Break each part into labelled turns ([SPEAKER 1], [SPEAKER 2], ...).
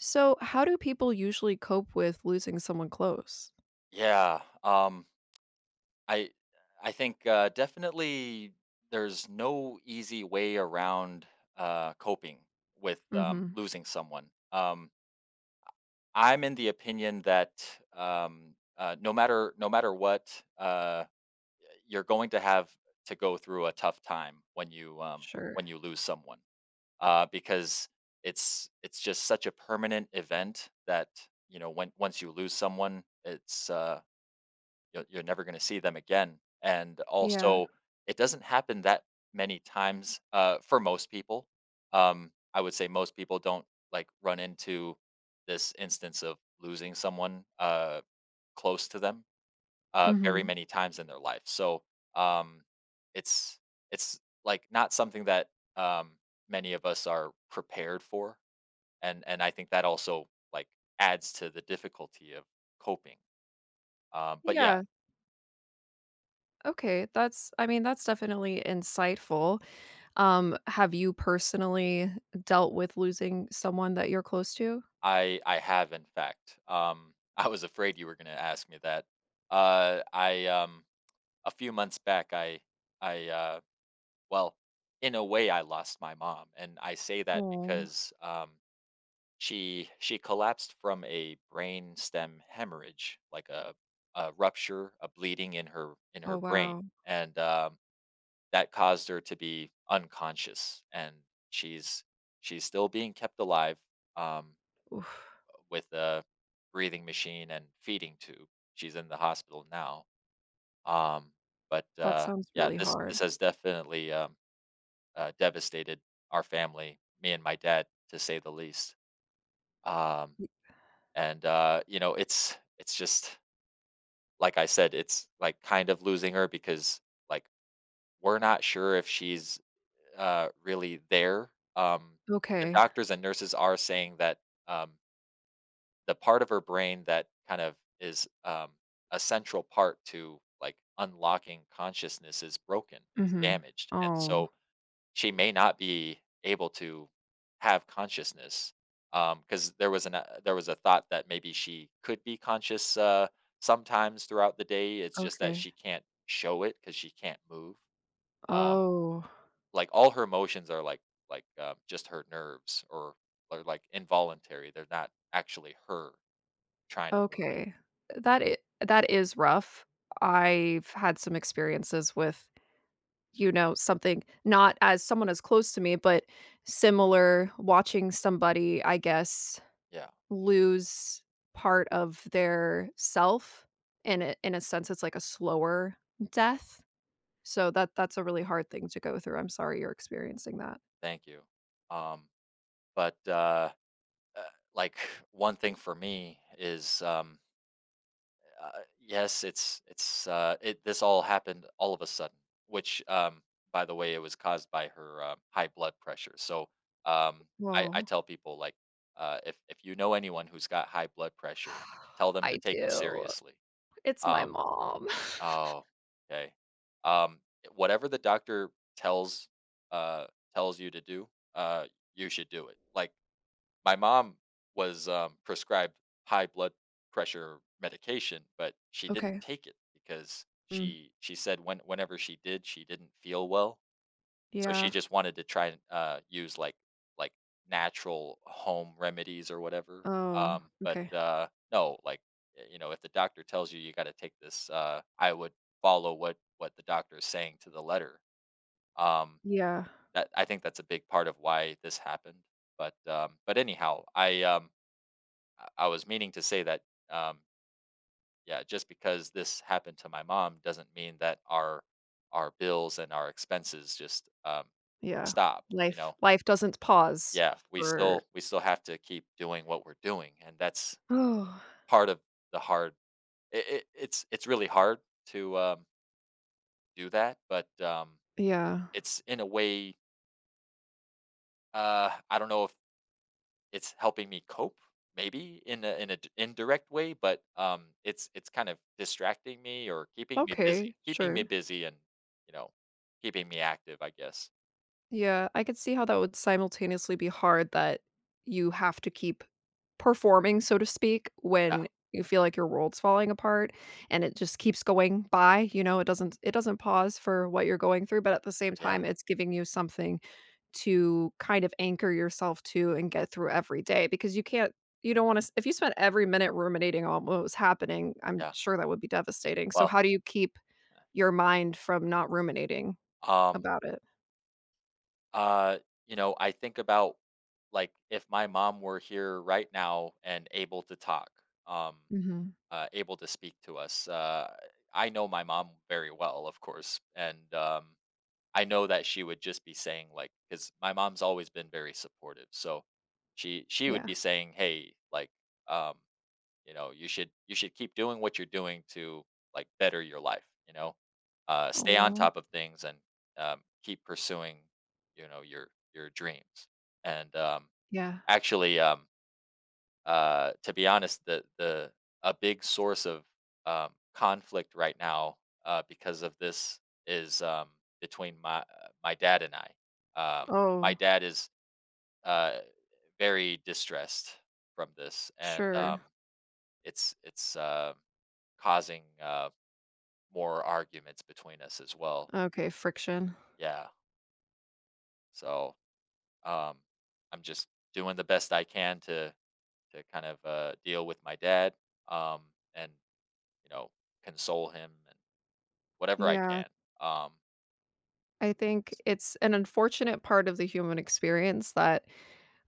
[SPEAKER 1] So, how do people usually cope with losing someone close?
[SPEAKER 2] Yeah, I I think, definitely there's no easy way around, coping with,
[SPEAKER 1] Mhm.
[SPEAKER 2] losing someone. I'm in the opinion that, no matter what, you're going to have to go through a tough time
[SPEAKER 1] Sure.
[SPEAKER 2] when you lose someone, because it's just such a permanent event that, you know, when once you lose someone, you're never gonna see them again, and
[SPEAKER 1] Yeah.
[SPEAKER 2] also, it doesn't happen that many times, for most people. I would say most people don't, like, run into this instance of losing someone, close to them, very
[SPEAKER 1] Mhm.
[SPEAKER 2] many times in their life, so, um, it's it's, like, not something that, um, many of us are prepared for, and I think that also, like, adds to the difficulty of coping, but yeah.
[SPEAKER 1] Yeah. Okay. That's I mean, that's definitely insightful. Have you personally dealt with losing someone that you're close to?
[SPEAKER 2] I have in fact. I was afraid you were going to ask me that. I A few months back, I uh, well, in a way, I lost my mom, and I say that
[SPEAKER 1] Oh.
[SPEAKER 2] because she collapsed from a brain stem hemorrhage, like a rupture, a bleeding in her
[SPEAKER 1] Oh,
[SPEAKER 2] brain,
[SPEAKER 1] wow.
[SPEAKER 2] and that caused her to be unconscious, and she's she's still being kept alive. Um,
[SPEAKER 1] Oof.
[SPEAKER 2] with a breathing machine and feeding tube. She's in the hospital now. Um, but
[SPEAKER 1] That sounds
[SPEAKER 2] yeah,
[SPEAKER 1] really
[SPEAKER 2] this
[SPEAKER 1] hard.
[SPEAKER 2] has definitely devastated our family, me and my dad, to say the least. Um,
[SPEAKER 1] Y
[SPEAKER 2] and you know, it's just like I said, it's like kind of losing her because like we're not sure if she's really there. Um, the
[SPEAKER 1] Okay.
[SPEAKER 2] doctors and nurses are saying that. Um, the part of her brain that kind of is a central part to like unlocking consciousness is broken. It's
[SPEAKER 1] Mhm.
[SPEAKER 2] damaged, and
[SPEAKER 1] Oh,
[SPEAKER 2] so she may not be able to have consciousness because there was an there was a thought that maybe she could be conscious sometimes throughout the day. It's just that
[SPEAKER 1] okay.
[SPEAKER 2] she can't show it because she can't move. Um,
[SPEAKER 1] Oh,
[SPEAKER 2] like all her emotions are like just her nerves or like involuntary. They're not actually her trying to move.
[SPEAKER 1] okay. That i that is rough. I've had some experiences with something not as someone as close to me, but similar, watching somebody, I guess,
[SPEAKER 2] Yeah,
[SPEAKER 1] lose part of their self in a sense, it's like a slower death. So that's a really hard thing to go through. I'm sorry you're experiencing that.
[SPEAKER 2] thank you. Um, but uh, like one thing for me is yes, it's it. This all happened all of a sudden, which by the way, it was caused by her high blood pressure. So um, I
[SPEAKER 1] Woah.
[SPEAKER 2] tell people like if you know anyone who's got high blood pressure, tell them to
[SPEAKER 1] I
[SPEAKER 2] take it
[SPEAKER 1] do.
[SPEAKER 2] seriously.
[SPEAKER 1] It's my
[SPEAKER 2] Um,
[SPEAKER 1] mom.
[SPEAKER 2] Oh, okay. Um, whatever the doctor tells uh tells you to do, uh, you should do it. Like my mom was prescribed high blood pressure medication, but she didn't
[SPEAKER 1] Okay.
[SPEAKER 2] take it because
[SPEAKER 1] Mm,
[SPEAKER 2] she said whenever she did, she didn't feel well. So she
[SPEAKER 1] yeah.
[SPEAKER 2] just wanted to try and, use, like natural home remedies or whatever,
[SPEAKER 1] Oh,
[SPEAKER 2] um, but,
[SPEAKER 1] okay.
[SPEAKER 2] uh, no, like, y you know, if the doctor tells you you gotta take this, I would follow what the doctor is saying to the letter, um,
[SPEAKER 1] Yeah,
[SPEAKER 2] that I think that's a big part of why this happened, but anyhow, I was meaning to say that, um, yeah, just because this happened to my mom doesn't mean that our bills and our expenses just,
[SPEAKER 1] yeah.
[SPEAKER 2] stop, you know?
[SPEAKER 1] Life doesn't pause
[SPEAKER 2] Yeah, we
[SPEAKER 1] for
[SPEAKER 2] still we still have to keep doing what we're doing, and that's
[SPEAKER 1] Oh.
[SPEAKER 2] part of the hard it's really hard to do that, but
[SPEAKER 1] Yeah.
[SPEAKER 2] it's in a way I don't know if it's helping me cope maybe in a in an indirect way, but it's kind of distracting me or keeping me busy.
[SPEAKER 1] Okay,
[SPEAKER 2] Keeping me
[SPEAKER 1] sure.
[SPEAKER 2] busy and, you know, keeping me active, I guess.
[SPEAKER 1] Yeah, I could see how that would simultaneously be hard that you have to keep performing, so to speak,
[SPEAKER 2] Yeah.
[SPEAKER 1] when you feel like your world's falling apart and it just keeps going by, you know, it doesn't pause for what you're going through, but at the same
[SPEAKER 2] Yeah.
[SPEAKER 1] time, it's giving you something to kind of anchor yourself to and get through every day because you can't you don't want to if you spent every minute ruminating on what was happening, I'm
[SPEAKER 2] Yeah.
[SPEAKER 1] sure that would be devastating. So
[SPEAKER 2] Well,
[SPEAKER 1] how do you keep your mind from not ruminating?
[SPEAKER 2] um
[SPEAKER 1] About it.
[SPEAKER 2] Uh, you know, I think about like if my mom were here right now and able to talk, um,
[SPEAKER 1] Mhm.
[SPEAKER 2] able to speak to us. I know my mom very well, of course, and I know that she would just be saying like, because my mom's always been very supportive, so she would
[SPEAKER 1] Yeah.
[SPEAKER 2] be saying, "Hey, like, um, you know, you should keep doing what you're doing to, like, better your life, you know? Stay on
[SPEAKER 1] Oh,
[SPEAKER 2] top of things and, keep pursuing, you know, your dreams. And,
[SPEAKER 1] yeah.
[SPEAKER 2] actually, to be honest, the a big source of, conflict right now, because of this is, between my dad and I. Um, my
[SPEAKER 1] Oh,
[SPEAKER 2] dad is, uh, very distressed from this, and,
[SPEAKER 1] sure.
[SPEAKER 2] it's causing more arguments between us as well.
[SPEAKER 1] Okay, friction.
[SPEAKER 2] Yeah. So um, I'm just doing the best I can to kind of deal with my dad um, and you know console him and whatever I
[SPEAKER 1] Yeah.
[SPEAKER 2] can. Um,
[SPEAKER 1] I think it's an unfortunate part of the human experience that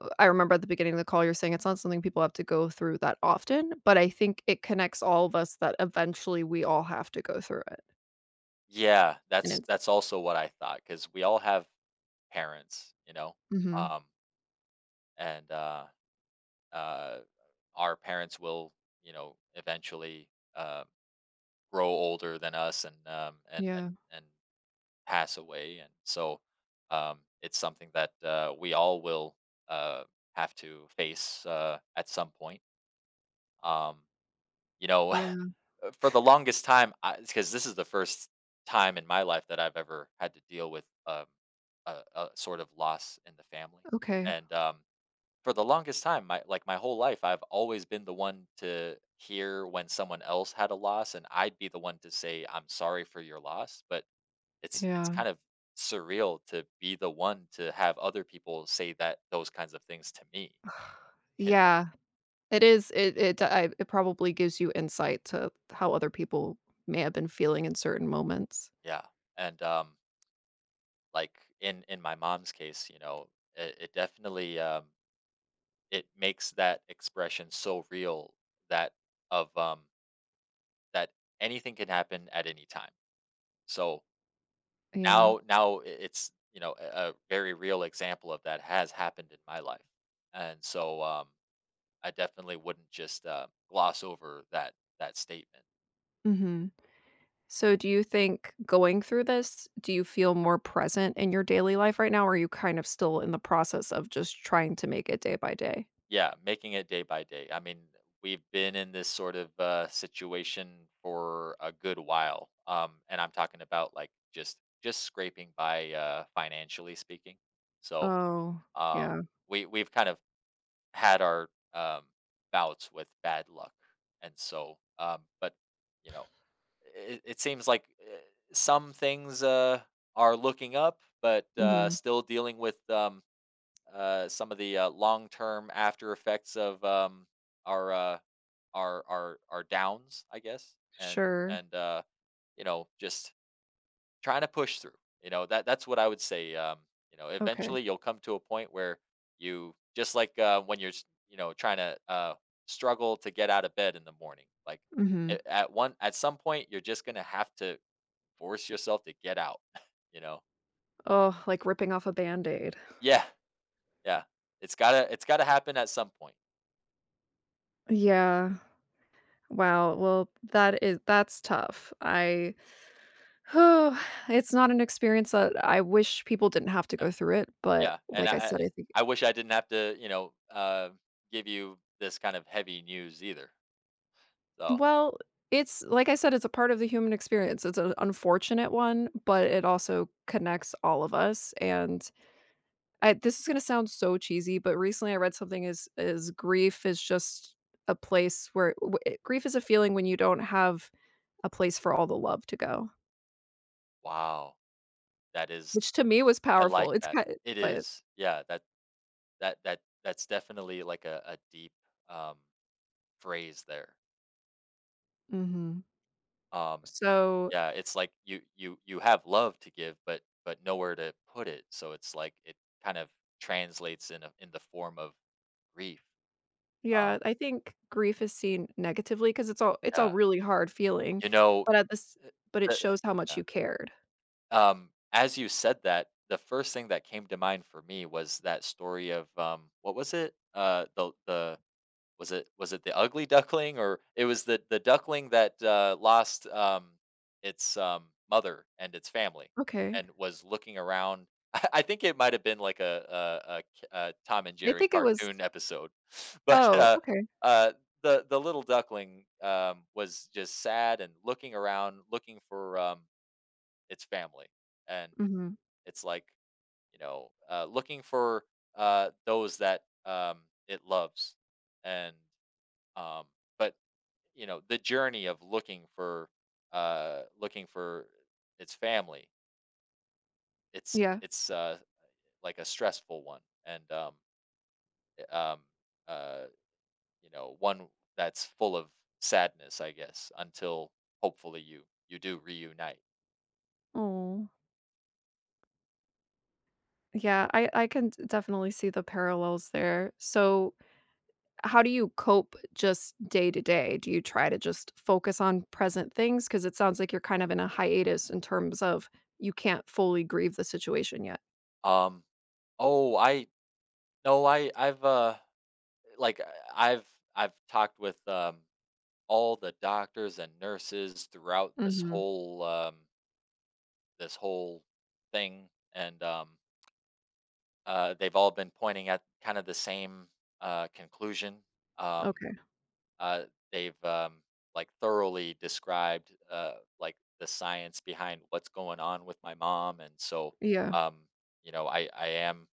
[SPEAKER 1] I remember at the beginning of the call, you're saying it's not something people have to go through that often, but I think it connects all of us that eventually we all have to go through it,
[SPEAKER 2] yeah,
[SPEAKER 1] and
[SPEAKER 2] that's
[SPEAKER 1] it's
[SPEAKER 2] that's also what I thought because we all have parents, you know,
[SPEAKER 1] Mhm.
[SPEAKER 2] um, and uh, our parents will you know eventually. Um, grow older than us and
[SPEAKER 1] Yeah.
[SPEAKER 2] and pass away, and so it's something that we all will uh, have to face at some point. Um, you know,
[SPEAKER 1] Yeah.
[SPEAKER 2] for the longest time, because this is the first time in my life that I've ever had to deal with a sort of loss in the family,
[SPEAKER 1] Okay.
[SPEAKER 2] and for the longest time, my whole life, I've always been the one to hear when someone else had a loss, and I'd be the one to say, "I'm sorry for your loss," but it's
[SPEAKER 1] Yeah.
[SPEAKER 2] kind of surreal to be the one to have other people say that those kinds of things to me. You know?
[SPEAKER 1] Yeah. It is it it I it probably gives you insight to how other people may have been feeling in certain moments.
[SPEAKER 2] Yeah, and, like, in my mom's case, you know, it definitely, it makes that expression so real that of, um that anything can happen at any time. So
[SPEAKER 1] Yeah.
[SPEAKER 2] You know, a very real example of that has happened in my life, and so, I definitely wouldn't just, gloss over that statement.
[SPEAKER 1] Mhm. So do you think going through this, do you feel more present in your daily life right now, or are you kind of still in the process of just trying to make it day by day?
[SPEAKER 2] Yeah, making it day by day. I mean, we've been in this sort of, situation for a good while, and I'm talking about, like, just scraping by, financially speaking. So,
[SPEAKER 1] Oh,
[SPEAKER 2] um,
[SPEAKER 1] yeah.
[SPEAKER 2] we've kind of had our, bouts with bad luck, and so, but, you know it, it seems like some things are looking up, but
[SPEAKER 1] Mhm.
[SPEAKER 2] still dealing with some of the long-term after effects of our uh, our downs, I guess, and
[SPEAKER 1] Sure.
[SPEAKER 2] and uh, you know just trying to push through. You know that's what I would say. You know,
[SPEAKER 1] Okay.
[SPEAKER 2] eventually you'll come to a point where you just like when you're you know trying to struggle to get out of bed in the morning, like
[SPEAKER 1] Mhm.
[SPEAKER 2] at some point you're just going to have to force yourself to get out, you know?
[SPEAKER 1] Oh, like ripping off a Band-Aid.
[SPEAKER 2] Yeah, yeah. It's gotta happen at some point.
[SPEAKER 1] Yeah. Wow, well, that's tough. I Oh, It's not an experience that I wish people didn't have to go through it,
[SPEAKER 2] Yeah,
[SPEAKER 1] but
[SPEAKER 2] yeah. And
[SPEAKER 1] like
[SPEAKER 2] I
[SPEAKER 1] I said,
[SPEAKER 2] I
[SPEAKER 1] I think
[SPEAKER 2] I wish I didn't have to, you know, give you this kind of heavy news either. So,
[SPEAKER 1] well, it's like I said, it's a part of the human experience. It's an unfortunate one, but it also connects all of us. And I, this is going to sound so cheesy, but recently I read something is grief is just a place where grief is a feeling when you don't have a place for all the love to go,
[SPEAKER 2] wow, that is
[SPEAKER 1] which to me was
[SPEAKER 2] I
[SPEAKER 1] powerful.
[SPEAKER 2] like
[SPEAKER 1] It's
[SPEAKER 2] that.
[SPEAKER 1] kind,
[SPEAKER 2] It
[SPEAKER 1] but
[SPEAKER 2] is. Yeah, that that's definitely like a deep um phrase there.
[SPEAKER 1] mhm.
[SPEAKER 2] Um
[SPEAKER 1] So
[SPEAKER 2] Yeah, it's like you have love to give, but nowhere to put it. So it's like it kind of translates in in the form of grief. Um,
[SPEAKER 1] yeah, I think grief is seen negatively because it's
[SPEAKER 2] yeah,
[SPEAKER 1] a really hard feeling,
[SPEAKER 2] you know,
[SPEAKER 1] but at this
[SPEAKER 2] uh,
[SPEAKER 1] but it
[SPEAKER 2] the,
[SPEAKER 1] shows how
[SPEAKER 2] yeah.
[SPEAKER 1] much you cared.
[SPEAKER 2] As you said that, the first thing that came to mind for me was that story of what was it? The Was it the ugly duckling or it was the duckling that, lost, its, mother and its family
[SPEAKER 1] Okay.
[SPEAKER 2] and was looking around. I think it might have been like a k a Tom and
[SPEAKER 1] I
[SPEAKER 2] Jerry
[SPEAKER 1] think it was
[SPEAKER 2] cartoon episode, but,
[SPEAKER 1] oh,
[SPEAKER 2] uh,
[SPEAKER 1] okay.
[SPEAKER 2] uh, the little duckling, was just sad and looking around, looking for, its family, and
[SPEAKER 1] Mhm.
[SPEAKER 2] it's like, you know, looking for, those that, it loves, and um, but you know, the journey of looking for its family, it's
[SPEAKER 1] Yeah.
[SPEAKER 2] it's uh like a stressful one and i- um uh you know, one that's full of sadness, I guess, until hopefully you do reunite.
[SPEAKER 1] Oh, yeah, I can d definitely see the parallels there. So, how do you cope just day to day? Do you try to just focus on present things? Because it sounds like you're kind of in a hiatus in terms of you can't fully grieve the situation yet.
[SPEAKER 2] Um oh, I no, I I've like I- I've talked with all the doctors and nurses throughout this
[SPEAKER 1] Mhm.
[SPEAKER 2] whole this whole thing, and they've all been pointing at kind of the same conclusion. Um,
[SPEAKER 1] Okay.
[SPEAKER 2] uh, they've like thoroughly described like the science behind what's going on with my mom, and so
[SPEAKER 1] Yeah.
[SPEAKER 2] um, you know I am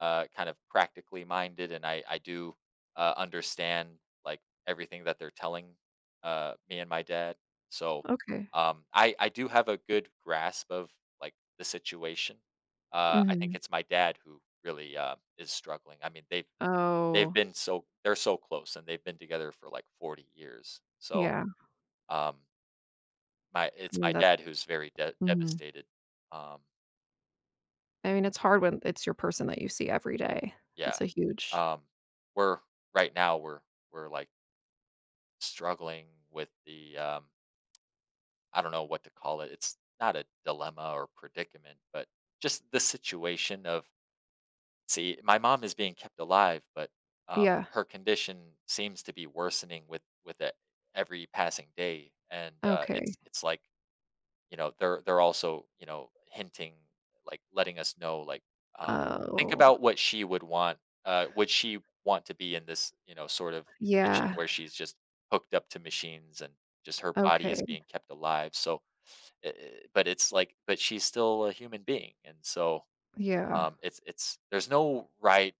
[SPEAKER 2] kind of practically minded, and I do understand like everything that they're telling me and my dad. So
[SPEAKER 1] Okay.
[SPEAKER 2] I do have a good grasp of like the situation. I think
[SPEAKER 1] Mhm.
[SPEAKER 2] it's my dad who really is struggling. I mean, they've
[SPEAKER 1] Oh.
[SPEAKER 2] been so they're so close, and they've been together for, like, 40 years. So,
[SPEAKER 1] Yeah,
[SPEAKER 2] um, my
[SPEAKER 1] I
[SPEAKER 2] it's
[SPEAKER 1] mean,
[SPEAKER 2] my
[SPEAKER 1] that
[SPEAKER 2] dad who's very de
[SPEAKER 1] mhm.
[SPEAKER 2] devastated. Um,
[SPEAKER 1] I mean, it's hard when it's your person that you see every day.
[SPEAKER 2] yeah.
[SPEAKER 1] That's a huge
[SPEAKER 2] Um, we're right now, we're like, struggling with the, I don't know what to call it. It's not a dilemma or predicament, but just the situation of see, my mom is being kept alive, but, um,
[SPEAKER 1] Yeah,
[SPEAKER 2] her condition seems to be worsening with it every passing day, and, it's
[SPEAKER 1] okay.
[SPEAKER 2] it's like you know, they're also, you know, hinting, like, letting us know, like, um, "Think
[SPEAKER 1] Oh,
[SPEAKER 2] about what she would want, would she want to be in this, you know, sort of condition
[SPEAKER 1] yeah,
[SPEAKER 2] where she's just hooked up to machines and just her body is
[SPEAKER 1] okay,
[SPEAKER 2] being kept alive?" So, I but it's like but she's still a human being, and so,
[SPEAKER 1] yeah,
[SPEAKER 2] it's there's no right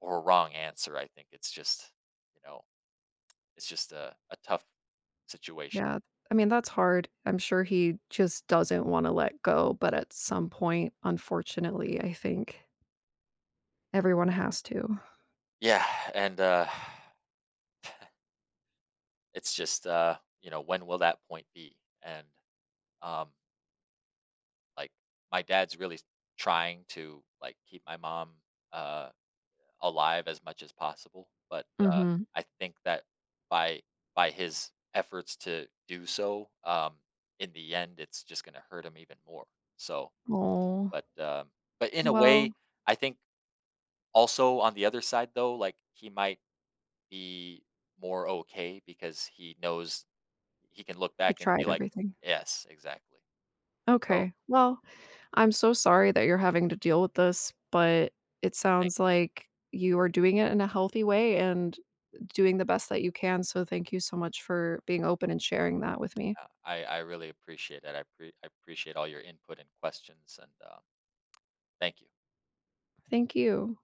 [SPEAKER 2] or wrong answer, I think it's just, you know, it's just a tough situation.
[SPEAKER 1] yeah. I mean, that's hard. I'm sure he just doesn't wanna let go, but at some point, unfortunately, I think everyone has to.
[SPEAKER 2] Yeah, and, it's just, you know, when will that point be? And, um, like, my dad's really trying to, like, keep my mom, uh, alive as much as possible, but,
[SPEAKER 1] Mhm.
[SPEAKER 2] I think that by by his efforts to do so, in the end, it's just gonna hurt him even more. So,
[SPEAKER 1] Aw,
[SPEAKER 2] but, um, but in a
[SPEAKER 1] well,
[SPEAKER 2] way, I think also on the other side though, like, he might be more okay because he knows He can look
[SPEAKER 1] he
[SPEAKER 2] back and
[SPEAKER 1] tried
[SPEAKER 2] be like,
[SPEAKER 1] everything.
[SPEAKER 2] "Yes, exactly." So,
[SPEAKER 1] Okay. Well, I'm so sorry that you're having to deal with this, but it
[SPEAKER 2] thank
[SPEAKER 1] sounds
[SPEAKER 2] you.
[SPEAKER 1] like you are doing it in a healthy way and doing the best that you can. So thank you so much for being open and sharing that with me.
[SPEAKER 2] Yeah, I really appreciate it. I appreciate all your input and questions, and, thank you.
[SPEAKER 1] Thank you.